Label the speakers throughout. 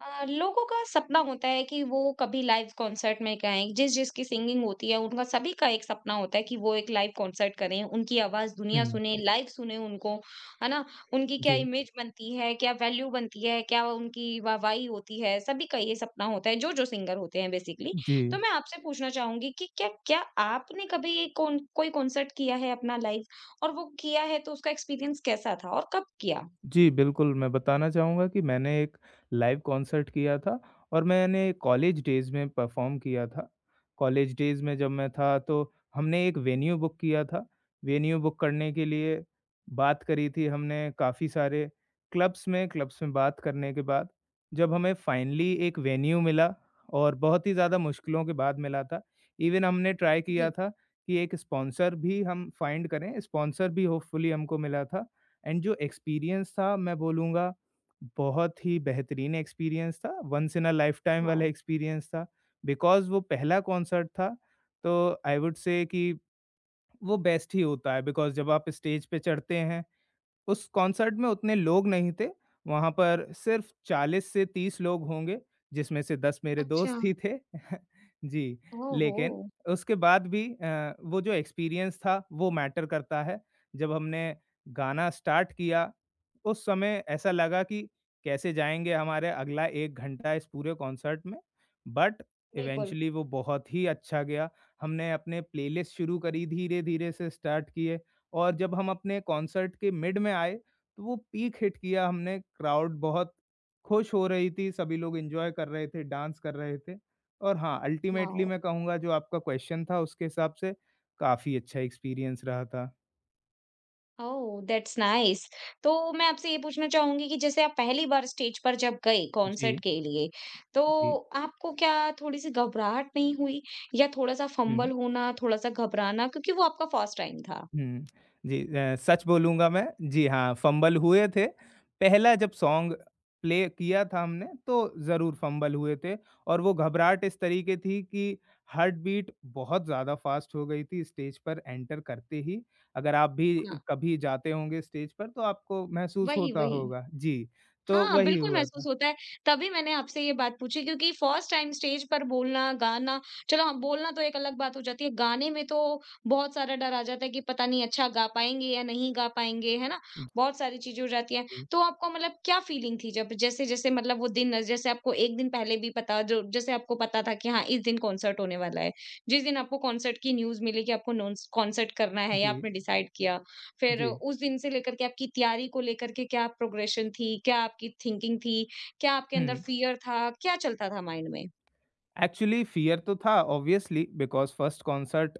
Speaker 1: लोगों का सपना होता है कि वो कभी लाइव कॉन्सर्ट में गाएँ, जिस-जिस की सिंगिंग होती है उनका सभी का एक सपना होता है कि वो एक लाइव कॉन्सर्ट करें, उनकी आवाज़ दुनिया
Speaker 2: हुँ,
Speaker 1: सुने, लाइव सुने उनको, है ना? उनकी क्या
Speaker 2: जी,
Speaker 1: इमेज बनती है, क्या वैल्यू बनती है, क्या उनकी वाहवाही होती है, सभी का ये सपना होता है, जो-जो सिंगर होते हैं बेसिकली।
Speaker 2: जी।
Speaker 1: तो मैं आपसे पूछना चाहूँगी कि क्या क्या आपने कभी एक कौन कोई कॉन्सर्ट किया है अपना लाइव? और वो किया है तो उसका एक्सपीरियंस कैसा था और कब किया?
Speaker 2: जी, बिल्कुल, मैं बताना चाहूँगा कि मैंने एक लाइव कॉन्सर्ट किया था और मैंने कॉलेज डेज़ में परफ़ॉर्म किया था। कॉलेज डेज़ में जब मैं था तो हमने एक वेन्यू बुक किया था। वेन्यू बुक करने के लिए बात करी थी हमने काफ़ी सारे क्लब्स में बात करने के बाद जब हमें फाइनली एक वेन्यू मिला और बहुत ही ज़्यादा मुश्किलों के बाद मिला था। इवन हमने ट्राई किया
Speaker 1: जी।
Speaker 2: था कि एक स्पॉन्सर भी हम फाइंड करें, स्पॉन्सर भी होपफुली हमको मिला था एंड जो एक्सपीरियंस था मैं बोलूँगा बहुत ही बेहतरीन एक्सपीरियंस था, once in a lifetime वाला
Speaker 1: वाओ!
Speaker 2: एक्सपीरियंस था। बिकॉज़ वो पहला कॉन्सर्ट था, तो आई वुड से कि वो बेस्ट ही होता है बिकॉज़ जब आप स्टेज पे चढ़ते हैं उस कॉन्सर्ट में उतने लोग नहीं थे, वहाँ पर सिर्फ़ 40 से 30 लोग होंगे, जिसमें से 10 मेरे
Speaker 1: अच्छा।
Speaker 2: दोस्त ही थे। जी,
Speaker 1: ओहो!
Speaker 2: लेकिन उसके बाद भी वो जो एक्सपीरियंस था, वो मैटर करता है। जब हमने गाना स्टार्ट किया, उस समय ऐसा लगा कि कैसे जाएँगे हमारे अगला 1 घंटा इस पूरे कॉन्सर्ट में, बट
Speaker 1: बिल्कुल।
Speaker 2: इवेंचुअली वो बहुत ही अच्छा गया। हमने अपने प्लेलिस्ट शुरू करी, धीरे-धीरे से स्टार्ट किए। और जब हम अपने कॉन्सर्ट के मिड में आए, तो वो पीक हिट किया हमने, क्राउड बहुत खुश हो रही थी, सभी लोग एन्जॉय कर रहे थे, डांस कर रहे थे। और हाँ, अल्टीमेटली
Speaker 1: वाओ!
Speaker 2: मैं कहूँगा जो आपका क्वेश्चन था उसके हिसाब से काफ़ी अच्छा एक्सपीरियंस रहा था।
Speaker 1: ओह! That's nice. तो मैं आपसे ये पूछना चाहूँगी कि जैसे आप पहली बार स्टेज पर जब गए
Speaker 2: जी,
Speaker 1: कॉन्सर्ट के लिए, तो
Speaker 2: जी।
Speaker 1: आपको क्या थोड़ी-सी घबराहट नहीं हुई या थोड़ा-सा
Speaker 2: हुँ।
Speaker 1: फंबल होना, थोड़ा-सा घबराना क्योंकि वो आपका फर्स्ट टाइम था?
Speaker 2: हुँ। जी सच बोलूँगा मैं, जी हाँ, फंबल हुए थे। पहला जब सॉन्ग प्ले किया था हमने तो ज़रूर फंबल हुए थे और वो घबराहट इस तरीके थी कि हार्ट बीट बहुत ज़्यादा फ़ास्ट हो गई थी स्टेज पर एंटर करते ही। अगर आप भी
Speaker 1: हाँ,
Speaker 2: कभी जाते होंगे स्टेज पर तो आपको महसूस
Speaker 1: वही,
Speaker 2: होता
Speaker 1: वही।
Speaker 2: होगा। जी, तो
Speaker 1: हाँ,
Speaker 2: वही
Speaker 1: बिल्कुल
Speaker 2: हुआ
Speaker 1: महसूस
Speaker 2: था।
Speaker 1: होता है, तभी मैंने आपसे ये बात पूछी क्योंकि फर्स्ट टाइम स्टेज पर बोलना, गाना चलो हाँ, बोलना तो एक अलग बात हो जाती है, गाने में तो बहुत सारा डर आ जाता है कि पता नहीं अच्छा गा पाएँगे या नहीं गा पाएँगे, है ना? बहुत सारी चीज़ें हो जाती हैं।
Speaker 2: जी,
Speaker 1: तो आपको मतलब क्या फीलिंग थी जब जैसे-जैसे मतलब वो दिन जैसे आपको 1 दिन पहले भी पता जो जैसे आपको पता था कि हाँ, इस दिन कॉन्सर्ट होने वाला है, जिस दिन आपको कॉन्सर्ट की न्यूज़ मिली कि आपको नोन्स कॉन्सर्ट करना है या
Speaker 2: जी,
Speaker 1: आपने डिसाइड किया, फिर
Speaker 2: जी।
Speaker 1: उस दिन से लेकर के आपकी तैयारी को लेकर के क्या प्रोग्रेशन थी? क्या आपकी थिंकिंग थी? क्या आपके अंदर
Speaker 2: हुँ।
Speaker 1: फ़ियर था? क्या चलता था माइंड में?
Speaker 2: एक्चुअली फियर तो था ऑब्वियसली बिकॉज़ फर्स्ट कॉन्सर्ट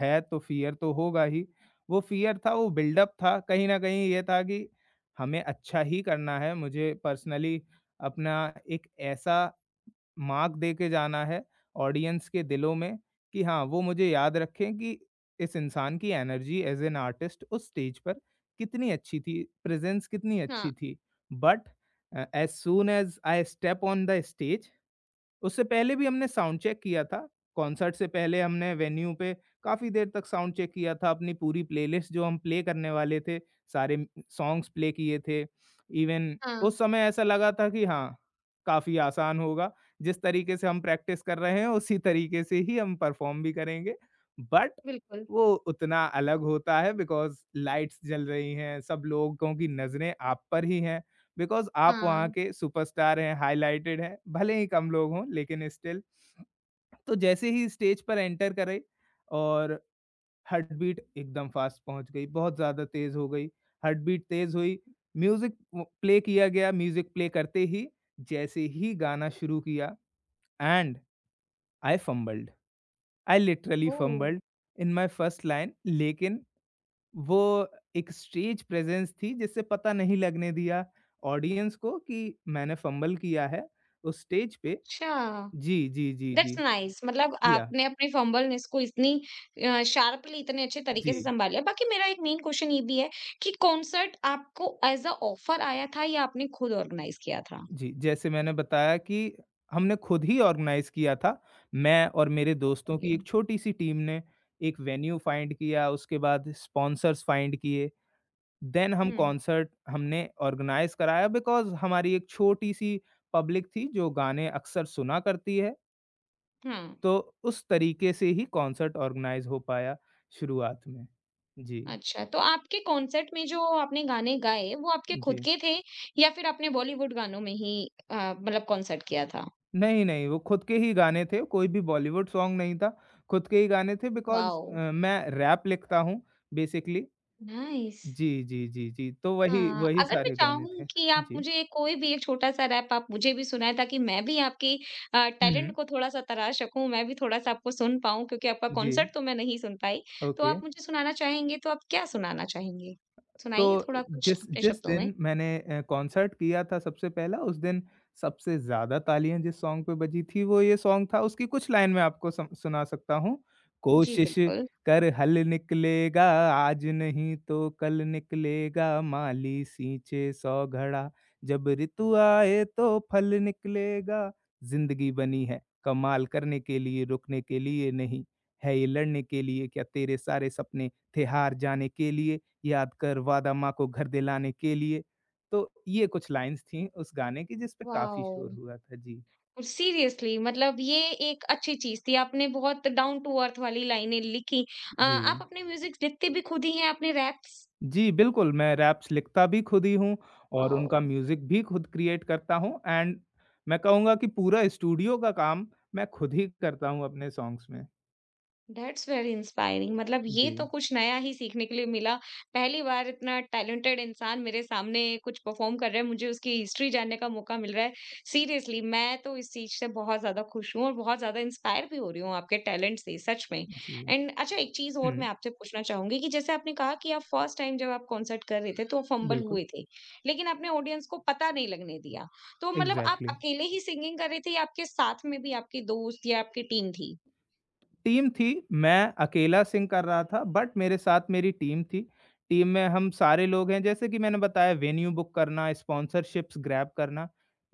Speaker 2: है तो फियर तो होगा ही। वो फियर था, वो बिल्डअप था, कहीं न कहीं ये था कि हमें अच्छा ही करना है, मुझे पर्सनली अपना एक ऐसा मार्क दे के जाना है ऑडियंस के दिलों में कि हाँ, वो मुझे याद रखें कि इस इंसान की एनर्जी एज़ एन आर्टिस्ट उस स्टेज पर कितनी अच्छी थी, प्रेज़ेंस कितनी
Speaker 1: हाँ,
Speaker 2: अच्छी थी। But as soon as I step on the stage उससे पहले भी हमने साउंड चेक किया था। कॉन्सर्ट से पहले हमने वेन्यू पे काफ़ी देर तक साउंड चेक किया था, अपनी पूरी प्लेलिस्ट जो हम प्ले करने वाले थे, सारे म सॉन्ग्स प्ले किए थे। इवन
Speaker 1: हाँ,
Speaker 2: उस समय ऐसा लगा था कि हाँ, काफ़ी आसान होगा, जिस तरीके से हम प्रैक्टिस कर रहे हैं, उसी तरीके से ही हम परफ़ॉर्म भी करेंगे। बट
Speaker 1: बिल्कुल।
Speaker 2: वो उतना अलग होता है बिकॉज़ लाइट्स जल रही हैं, सब लोगों की नज़रें आप पर ही हैं। बिकॉज़ आप
Speaker 1: हाँ,
Speaker 2: वहाँ के सुपरस्टार हैं, हाइलाइटेड हैं, भले ही कम लोग हों लेकिन स्टिल। तो जैसे ही स्टेज पर एंटर करे और हार्ट बीट एकदम फ़ास्ट पहुँच गई, बहुत ज़्यादा तेज़ हो गई, हार्ट बीट तेज़ हुई, म्यूज़िक व प्ले किया गया, म्यूज़िक प्ले करते ही जैसे ही गाना शुरू किया and I fumbled, I literally
Speaker 1: oh!
Speaker 2: Fumbled in my first line लेकिन वो एक स्टेज प्रेज़ेंस थी जिससे पता नहीं लगने दिया ऑडियंस को कि मैंने फ़ंबल किया है उस स्टेज पे
Speaker 1: अच्छा,
Speaker 2: जी, जी, जी,
Speaker 1: दैट्स
Speaker 2: जी।
Speaker 1: नाइस मतलब
Speaker 2: या
Speaker 1: आपने अपनी फंबलनेस को इतनी शार्पली इतने अच्छे
Speaker 2: जी,
Speaker 1: तरीके से सँभाला है। बाकी मेरा एक मेन क्वेश्चन ये भी है कि कॉन्सर्ट आपको एज़ अ ऑफर आया था या आपने खुद ऑर्गनाइज़ किया था?
Speaker 2: जी, जैसे मैंने बताया कि हमने खुद ही ऑर्गनाइज़ किया था। मैं और मेरे दोस्तों
Speaker 1: जी।
Speaker 2: की एक छोटी-सी टीम ने एक वेन्यू फाइंड किया, उसके बाद स्पॉन्सर्स फाइंड किए। देन हम
Speaker 1: हुँ,
Speaker 2: कॉन्सर्ट हमने ऑर्गनाइज़ कराया बिकॉज़ हमारी एक छोटी-सी पब्लिक थी जो गाने अक्सर सुना करती है।
Speaker 1: हाँ।
Speaker 2: तो उस तरीके से ही कॉन्सर्ट ऑर्गेनाइज़ हो पाया शुरुआत में। जी,
Speaker 1: अच्छा, तो आपके कॉन्सर्ट में जो आपने गाने गाए, वो आपके खुद
Speaker 2: जी।
Speaker 1: के थे या फिर आपने बॉलीवुड गानों में ही मतलब कॉन्सर्ट किया था?
Speaker 2: नहीं, नहीं, वो खुद के ही गाने थे, कोई भी बॉलीवुड सॉन्ग नहीं था, खुद के ही गाने थे बिकॉज़
Speaker 1: वाओ!
Speaker 2: मैं रैप लिखता हूँ बेसिकली।
Speaker 1: नाइस।
Speaker 2: जी, जी, जी, जी, तो वही
Speaker 1: हाँ,
Speaker 2: वही
Speaker 1: अगर मैं
Speaker 2: सारे गाने
Speaker 1: चाहूँ
Speaker 2: थे।
Speaker 1: कि आप
Speaker 2: जी।
Speaker 1: मुझे कोई भी एक छोटा-सा रैप आप मुझे भी सुनाएँ ताकि मैं भी आपकी
Speaker 2: हुँ,
Speaker 1: टैलेंट
Speaker 2: हुँ।
Speaker 1: को थोड़ा-सा तराश सकूँ, मैं भी थोड़ा-सा आपको सुन पाऊँ क्योंकि आपका
Speaker 2: जी,
Speaker 1: कॉन्सर्ट तो मैं नहीं सुन पाई। तो
Speaker 2: ओके।
Speaker 1: आप मुझे सुनाना चाहेंगे, तो आप क्या सुनाना चाहेंगे?
Speaker 2: तो
Speaker 1: सुनाइए थोड़ा कुछ
Speaker 2: जिस
Speaker 1: अपने
Speaker 2: जिस
Speaker 1: शब्दों में।
Speaker 2: दिन मैंने कॉन्सर्ट किया था सबसे पहला उस दिन सबसे ज़्यादा तालियाँ जिस सॉन्ग पे बजी थी वो ये सॉन्ग था उसकी कुछ लाइन मैं आपको सम सुना सकता हूँ।
Speaker 1: जी,
Speaker 2: कोशिश
Speaker 1: बिल्कुल।
Speaker 2: कर हल निकलेगा आज नहीं तो कल निकलेगा माली सींचे 100 घड़ा, जब ऋतु आए तो फल निकलेगा, ज़िंदगी बनी है कमाल करने के लिए रुकने के लिए नहीं, है ये लड़ने के लिए क्या तेरे सारे सपने थे हार जाने के लिए। याद कर वादा माँ को घर दिलाने के लिए। तो ये कुछ लाइन्स थी उस गाने की जिस पे काफ़ी शोर
Speaker 1: वाओ!
Speaker 2: हुआ था। जी।
Speaker 1: सीरियसली मतलब ये एक अच्छी चीज़ थी। आपने बहुत डाउन टू अर्थ वाली लाइनें लिखी।
Speaker 2: जी।
Speaker 1: आप अपने म्यूज़िक लिखते भी खुद ही हैं? आपने रैप्स?
Speaker 2: जी, बिल्कुल मैं रैप्स लिखता भी खुद ही हूँ और
Speaker 1: वॉव!
Speaker 2: उनका म्यूज़िक भी खुद क्रिएट करता हूँ एंड मैं कहूँगा कि पूरा स्टूडियो का काम मैं खुद ही करता हूँ अपने सॉन्ग्स में।
Speaker 1: दैट्स वेरी इंस्पायरिंग मतलब ये
Speaker 2: जी।
Speaker 1: तो कुछ नया ही सीखने के लिए मिला। पहली बार इतना टैलेंटेड इंसान मेरे सामने कुछ परफ़ॉर्म कर रहा है, मुझे उसकी हिस्ट्री जानने का मौका मिल रहा है। सीरियसली मैं तो इस चीज़ से बहुत ज़्यादा खुश हूँ और बहुत ज़्यादा इंस्पायर भी हो रही हूँ आपके टैलेंट से सच में।
Speaker 2: जी।
Speaker 1: एंड अच्छा एक चीज़ और मैं
Speaker 2: हुँ,
Speaker 1: आपसे पूछना चाहूँगी कि जैसे आपने कहा कि आप फर्स्ट टाइम जब आप कॉन्सर्ट कर रहे थे तो फंबल
Speaker 2: बिल्कुल।
Speaker 1: हुए थे। लेकिन आपने ऑडियंस को पता नहीं लगने दिया। तो मतलब आप
Speaker 2: एग्ज़ैक्टली।
Speaker 1: अकेले ही सिंगिंग कर रहे थे या आपके साथ में भी आपके दोस्त या आपकी टीम थी?
Speaker 2: टीम थी, मैं अकेला सिंग कर रहा था बट मेरे साथ मेरी टीम थी। टीम में हम सारे लोग हैं जैसे कि मैंने बताया वेन्यू बुक करना, स्पॉन्सरशिप्स ग्रैब करना,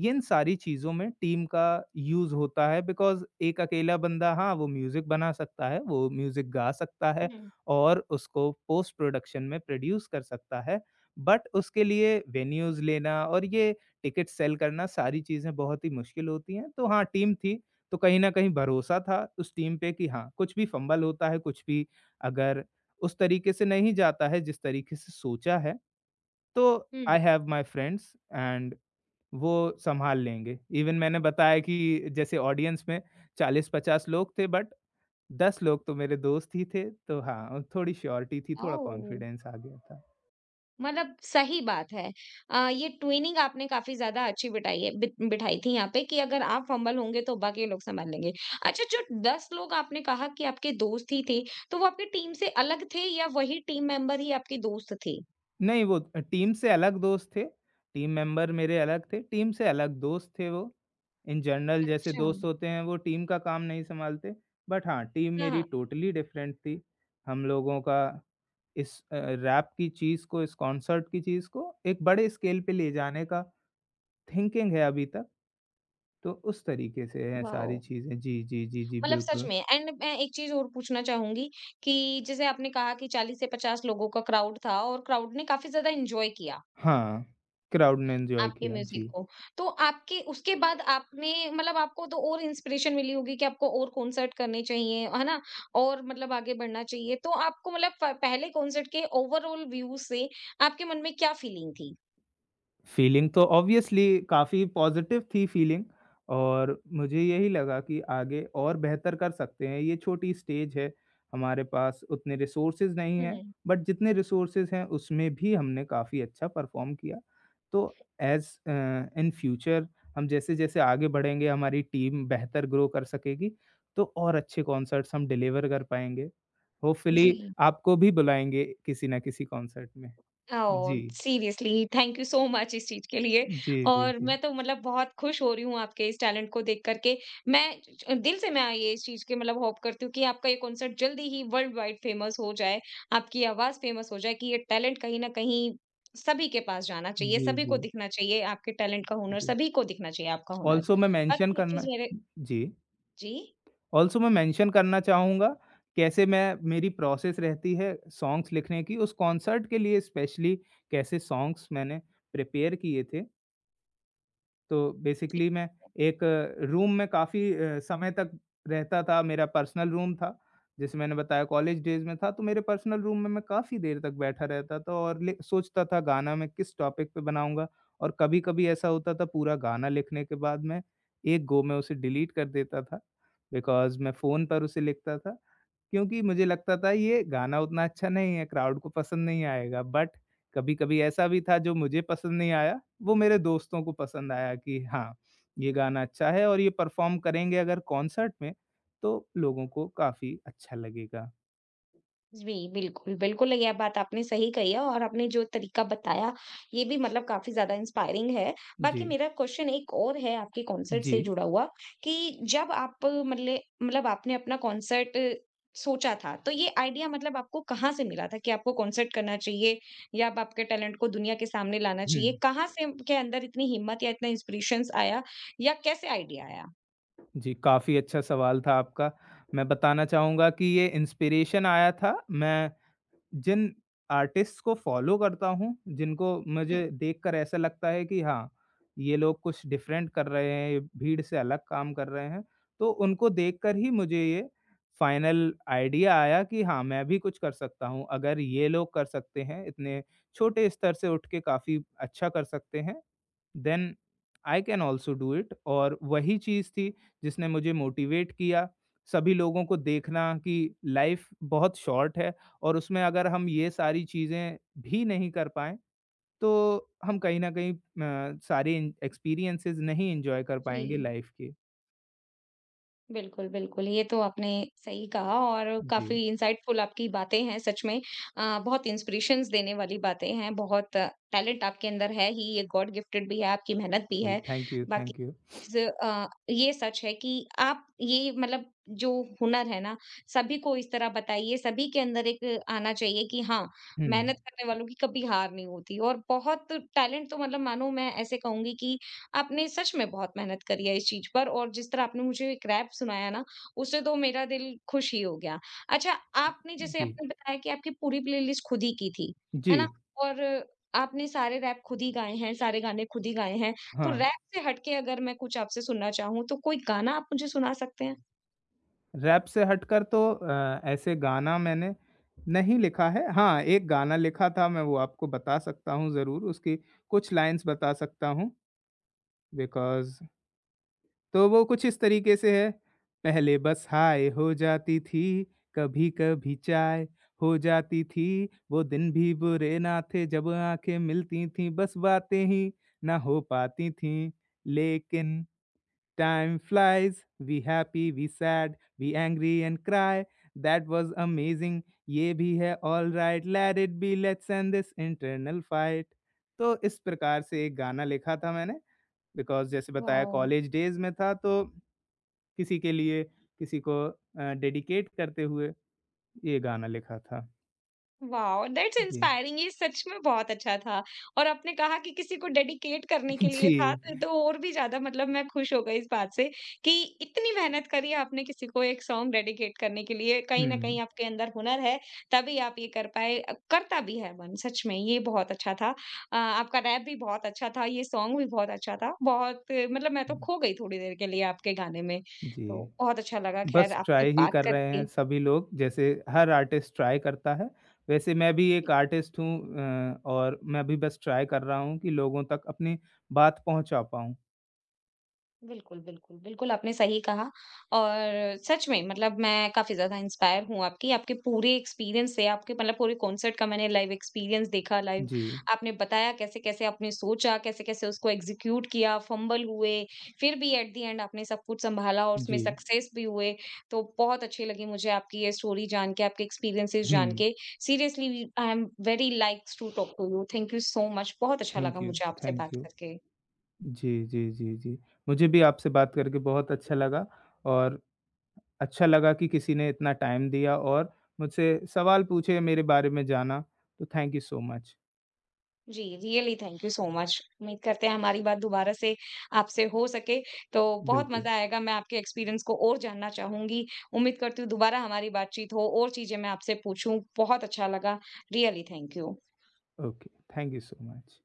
Speaker 2: इन सारी चीज़ों में टीम का यूज़ होता है बिकॉज़ एक अकेला बंदा हाँ, वो म्यूज़िक बना सकता है, वो म्यूज़िक गा सकता है
Speaker 1: हुँ,
Speaker 2: और उसको पोस्ट प्रोडक्शन में प्रोड्यूस कर सकता है। बट उसके लिए वेन्यूज़ लेना और ये टिकट सेल करना सारी चीज़ें बहुत ही मुश्किल होती हैं। तो हाँ, टीम थी तो कहीं न कहीं भरोसा था उस टीम पे कि हाँ, कुछ भी फंबल होता है, कुछ भी अगर उस तरीके से नहीं जाता है जिस तरीके से सोचा है, तो
Speaker 1: हुँ।
Speaker 2: I have my friends and वो सँभाल लेंगे। इवन मैंने बताया कि जैसे ऑडियंस में 40-50 लोग थे बट 10 लोग तो मेरे दोस्त ही थे, तो हाँ, थोड़ी श्योरिटी थी, थोड़ा
Speaker 1: ओह!
Speaker 2: कॉन्फिडेंस आ गया था।
Speaker 1: मतलब सही बात है। ये ट्विनिंग आपने काफ़ी ज़्यादा अच्छी बिठाई है बित बिठाई थी यहाँ पे कि अगर आप फ़ंबल होंगे तो बाकी लोग सँभाल लेंगे। अच्छा जो 10 लोग आपने कहा कि आपके दोस्त ही थे, तो वो आपकी टीम से अलग थे या वही टीम मेंबर ही आपके दोस्त थे?
Speaker 2: नहीं, वो टीम से अलग दोस्त थे, टीम मेंबर मेरे अलग थे, टीम से अलग दोस्त थे वो। इन जनरल जैसे
Speaker 1: अच्छा।
Speaker 2: दोस्त होते हैं, वो टीम का काम नहीं सँभालते, बट हाँ, टीम
Speaker 1: हाँ,
Speaker 2: मेरी
Speaker 1: हाँ।
Speaker 2: टोटली डिफरेंट थी। हम लोगों का इस रैप की चीज़ को, इस कॉन्सर्ट की चीज़ को एक बड़े स्केल पे ले जाने का थिंकिंग है अभी तक, तो उस तरीके से हैं सारी
Speaker 1: वाओ!
Speaker 2: चीज़ें। जी, जी, जी, जी,
Speaker 1: मतलब सच
Speaker 2: बिल्कुल।
Speaker 1: में एंड मैं एक चीज़ और पूछना चाहूँगी कि जैसे आपने कहा कि 40 से 50 लोगों का क्राउड था और क्राउड ने काफ़ी ज़्यादा एन्जॉय किया।
Speaker 2: हाँ, क्राउड ने एन्जॉय
Speaker 1: आपके
Speaker 2: किया।
Speaker 1: म्यूज़िक
Speaker 2: जी।
Speaker 1: को। तो आपके उसके बाद आपने मतलब आपको तो और इंस्पिरेशन मिली होगी कि आपको और कॉन्सर्ट करने चाहिए, है ना? और मतलब आगे बढ़ना चाहिए। तो आपको मतलब प पहले कॉन्सर्ट के ओवरऑल व्यू से आपके मन में क्या फीलिंग थी?
Speaker 2: फीलिंग तो ऑब्वियसली काफ़ी पॉज़िटिव थी फीलिंग और मुझे यही लगा कि आगे और बेहतर कर सकते हैं। ये छोटी स्टेज है, हमारे पास उतने रिसोर्सेज़ नहीं हैं,
Speaker 1: हुँ,
Speaker 2: बट जितने रिसोर्सेज़ हैं उसमें भी हमने काफ़ी अच्छा परफ़ॉर्म किया। तो एज़ इन फ्यूचर हम जैसे-जैसे आगे बढ़ेंगे, हमारी टीम बेहतर ग्रो कर सकेगी, तो और अच्छे कॉन्सर्ट्स हम डिलीवर कर पाएँगे। होपफुली
Speaker 1: जी।
Speaker 2: आपको भी बुलाएँगे किसी ना किसी कॉन्सर्ट में।
Speaker 1: ओह!
Speaker 2: जी।
Speaker 1: Seriously thank you so much इस चीज़ के लिए
Speaker 2: जी, जी,
Speaker 1: और
Speaker 2: जी।
Speaker 1: मैं तो मतलब बहुत खुश हो रही हूँ आपके इस टैलेंट को देख कर के। मैं ज दिल से मैं ये इस चीज़ की मतलब होप करती हूँ कि आपका ये कॉन्सर्ट जल्दी ही वर्ल्ड वाइड फ़ेमस हो जाए, आपकी आवाज़ फ़ेमस हो जाए कि ये टैलेंट कहीं न कहीं सभी के पास जाना चाहिए,
Speaker 2: जी,
Speaker 1: सभी
Speaker 2: जी,
Speaker 1: को दिखना चाहिए आपके टैलेंट का हुनर,
Speaker 2: जी।
Speaker 1: सभी को दिखना चाहिए आपका हुनर।
Speaker 2: ऑल्सो मैं मेंशन
Speaker 1: बाकी एक चीज़
Speaker 2: करना
Speaker 1: मेरे
Speaker 2: जी,
Speaker 1: जी?
Speaker 2: ऑल्सो मैं मेंशन करना चाहूँगा, कैसे मैं मेरी प्रोसेस रहती है सॉन्ग्स लिखने की, उस कॉन्सर्ट के लिए स्पेशली कैसे सॉन्ग्स मैंने प्रिपेयर किए थे। तो
Speaker 1: जी।
Speaker 2: बेसिकली मैं एक रूम में काफ़ी समय तक रहता था, मेरा पर्सनल रूम था, जैसे मैंने बताया कॉलेज डेज़ में था, तो मेरे पर्सनल रूम में मैं काफ़ी देर तक बैठा रहता था और लि सोचता था गाना मैं किस टॉपिक पे बनाऊँगा और कभी-कभी ऐसा होता था पूरा गाना लिखने के बाद मैं एक गो में उसे डिलीट कर देता था, बिकॉज़ मैं फ़ोन पर उसे लिखता था क्योंकि मुझे लगता था ये गाना उतना अच्छा नहीं है, क्राउड को पसंद नहीं आएगा। बट कभी-कभी ऐसा भी था जो मुझे पसंद नहीं आया, वो मेरे दोस्तों को पसंद आया कि हाँ, ये गाना अच्छा है और ये परफ़ॉर्म करेंगे अगर कॉन्सर्ट में, तो लोगों को काफ़ी अच्छा लगेगा।
Speaker 1: जी, बिल्कुल, बिल्कुल, यह बात आपने सही कही है और आपने जो तरीका बताया, ये भी मतलब काफ़ी ज़्यादा इंस्पायरिंग है।
Speaker 2: जी,
Speaker 1: बाकी मेरा क्वेश्चन एक और है आपके कॉन्सर्ट से
Speaker 2: जी।
Speaker 1: जुड़ा हुआ कि जब आप मतले मतलब आपने अपना कॉन्सर्ट सोचा था, तो ये आइडिया मतलब आपको कहाँ से मिला था कि आपको कॉन्सर्ट करना चाहिए या आप आपके टैलेंट को दुनिया के सामने लाना
Speaker 2: हुँ।
Speaker 1: चाहिए? कहाँ से के अंदर इतनी हिम्मत या इतना इंस्पिरेशंस आया या कैसे आइडिया आया?
Speaker 2: जी, काफ़ी अच्छा सवाल था आपका। मैं बताना चाहूँगा कि ये इंस्पिरेशन आया था मैं जिन आर्टिस्ट्स को फ़ॉलो करता हूँ, जिनको
Speaker 1: हुँ।
Speaker 2: मुझे देखकर ऐसा लगता है कि हाँ, ये लोग कुछ डिफरेंट कर रहे हैं, ये भीड़ से अलग काम कर रहे हैं, तो उनको देखकर ही मुझे ये फाइनल आइडिया आया कि हाँ, मैं भी कुछ कर सकता हूँ। अगर ये लोग कर सकते हैं, इतने छोटे स्तर से उठ के काफ़ी अच्छा कर सकते हैं, then I can also do it और वही चीज़ थी जिसने मुझे मोटिवेट किया। सभी लोगों को देखना कि लाइफ़ बहुत शॉर्ट है और उसमें अगर हम ये सारी चीज़ें भी नहीं कर पाएँ, तो हम कहीं न कहीं सारे इन एक्सपीरियंसेस नहीं एन्जॉय कर
Speaker 1: जी।
Speaker 2: पाएँगे लाइफ़ के।
Speaker 1: बिल्कुल, बिल्कुल। ये तो आपने सही कहा और काफ़ी
Speaker 2: जी,
Speaker 1: इनसाइटफुल आपकी बातें हैं सच में। बहुत इंस्पिरेशंस देने वाली बातें हैं, बहुत टैलेंट आपके अंदर है ही, ये गॉड गिफ्टेड भी है, आपकी मेहनत भी
Speaker 2: जी,
Speaker 1: है।
Speaker 2: थैंक यू,
Speaker 1: बाकी
Speaker 2: थैंक यू।
Speaker 1: चीज़ ये सच है कि आप ये मतलब जो हुनर है ना, सभी को इस तरह बताइए, सभी के अंदर एक आना चाहिए कि हाँ,
Speaker 2: हुँ,
Speaker 1: मेहनत करने वालों की कभी हार नहीं होती और बहुत टैलेंट तो मतलब मानो मैं ऐसे कहूँगी कि आपने सच में बहुत मेहनत करी है इस चीज़ पर और जिस तरह आपने मुझे एक रैप सुनाया ना, उससे तो मेरा दिल खुश ही हो गया। अच्छा, आपने जैसे
Speaker 2: जी,
Speaker 1: आपने बताया कि आपकी पूरी प्लेलिस्ट खुद ही की थी,
Speaker 2: जी,
Speaker 1: है ना? और आपने सारे रैप खुद ही गाए हैं, सारे गाने खुद ही गाए हैं, तो
Speaker 2: हाँ।
Speaker 1: रैप से हट के अगर मैं कुछ आपसे सुनना चाहूँ, तो कोई गाना आप मुझे सुना सकते हैं?
Speaker 2: रैप से हटकर तो ऐसे गाना मैंने नहीं लिखा है। हाँ, एक गाना लिखा था, मैं वो आपको बता सकता हूँ ज़रूर, उसकी कुछ लाइन्स बता सकता हूँ बिकॉज़ तो वो कुछ इस तरीके से है, पहले बस हाय हो जाती थी, कभी-कभी चाय हो जाती थी, वो दिन भी बुरे ना थे जब आँखें मिलती थीं, बस बातें ही ना हो पाती थीं। लेकिन time flies, we happy, we sad, we angry and cry, that was amazing, ये भी है alright, let it be, let's end this internal fight. तो इस प्रकार से एक गाना लिखा था मैंने बिकॉज़ जैसे बताया
Speaker 1: वाओ!
Speaker 2: कॉलेज डेज़ में था तो किसी के लिए, किसी को डेडिकेट करते हुए ये गाना लिखा था।
Speaker 1: वाओ! That's
Speaker 2: ji.
Speaker 1: इंस्पायरिंग ये सच में बहुत अच्छा था। और आपने कहा कि किसी को डेडिकेट करने के लिए
Speaker 2: जी।
Speaker 1: था तो और भी ज़्यादा मतलब मैं खुश हो गई इस बात से कि इतनी मेहनत करी आपने किसी को एक सॉन्ग डेडिकेट करने के लिए। कहीं न
Speaker 2: हुँ,
Speaker 1: कहीं आपके अंदर हुनर है, तभी आप ये कर पाए। करता भी है मन सच में ये बहुत अच्छा था। आपका रैप भी बहुत अच्छा था, ये सॉन्ग भी बहुत अच्छा था। बहुत मतलब मैं तो
Speaker 2: हुँ।
Speaker 1: खो गई थोड़ी देर के लिए आपके गाने में। तो
Speaker 2: जी।
Speaker 1: बहुत अच्छा लगा ख़ैर
Speaker 2: बस
Speaker 1: आपसे
Speaker 2: ट्राई ही
Speaker 1: बात
Speaker 2: कर रहे
Speaker 1: करके।
Speaker 2: हैं सभी लोग, जैसे हर आर्टिस्ट ट्राई करता है, वैसे मैं भी एक आर्टिस्ट हूँ और मैं भी बस ट्राई कर रहा हूँ कि लोगों तक अपनी बात पहुँचा पाऊँ।
Speaker 1: बिल्कुल, बिल्कुल, बिल्कुल आपने सही कहा और सच में मतलब मैं काफ़ी ज़्यादा इंस्पायर हूँ आपकी, आपके पूरे एक्सपीरियंस से, आपके मतलब पूरे कॉन्सर्ट का मैंने लाइव एक्सपीरियंस देखा लाइव
Speaker 2: जी,
Speaker 1: आपने बताया कैसे-कैसे आपने सोचा, कैसे-कैसे उसको एग्ज़ीक्यूट किया, फंबल हुए, फिर भी एट द एंड आपने सब कुछ सँभाला और उसमें
Speaker 2: जी।
Speaker 1: सक्सेस भी हुए। तो बहुत अच्छी लगी मुझे आपकी ये स्टोरी जान के, आपके एक्सपीरियंसेस जान
Speaker 2: हुँ,
Speaker 1: के। Seriously I am very likes to talk to you. Thank you so much बहुत अच्छा
Speaker 2: थैंक
Speaker 1: लगा
Speaker 2: यू,
Speaker 1: मुझे आपसे
Speaker 2: थैंक
Speaker 1: बात
Speaker 2: यू।
Speaker 1: करके।
Speaker 2: जी, जी, जी, जी। मुझे भी आपसे बात करके बहुत अच्छा लगा और अच्छा लगा कि किसी ने इतना टाइम दिया और मुझसे सवाल पूछे, मेरे बारे में जाना, तो थैंक यू सो मच।
Speaker 1: जी, really thank you so much. उम्मीद करते हैं हमारी बात दोबारा से आपसे हो सके, तो बहुत
Speaker 2: बिल्कुल,
Speaker 1: मज़ा आएगा। मैं आपके एक्सपीरियंस को और जानना चाहूँगी। उम्मीद करती हूँ दोबारा हमारी बातचीत हो और चीज़ें मैं आपसे पूछूँ। बहुत अच्छा लगा। Really thank you.
Speaker 2: Okay, thank you so much.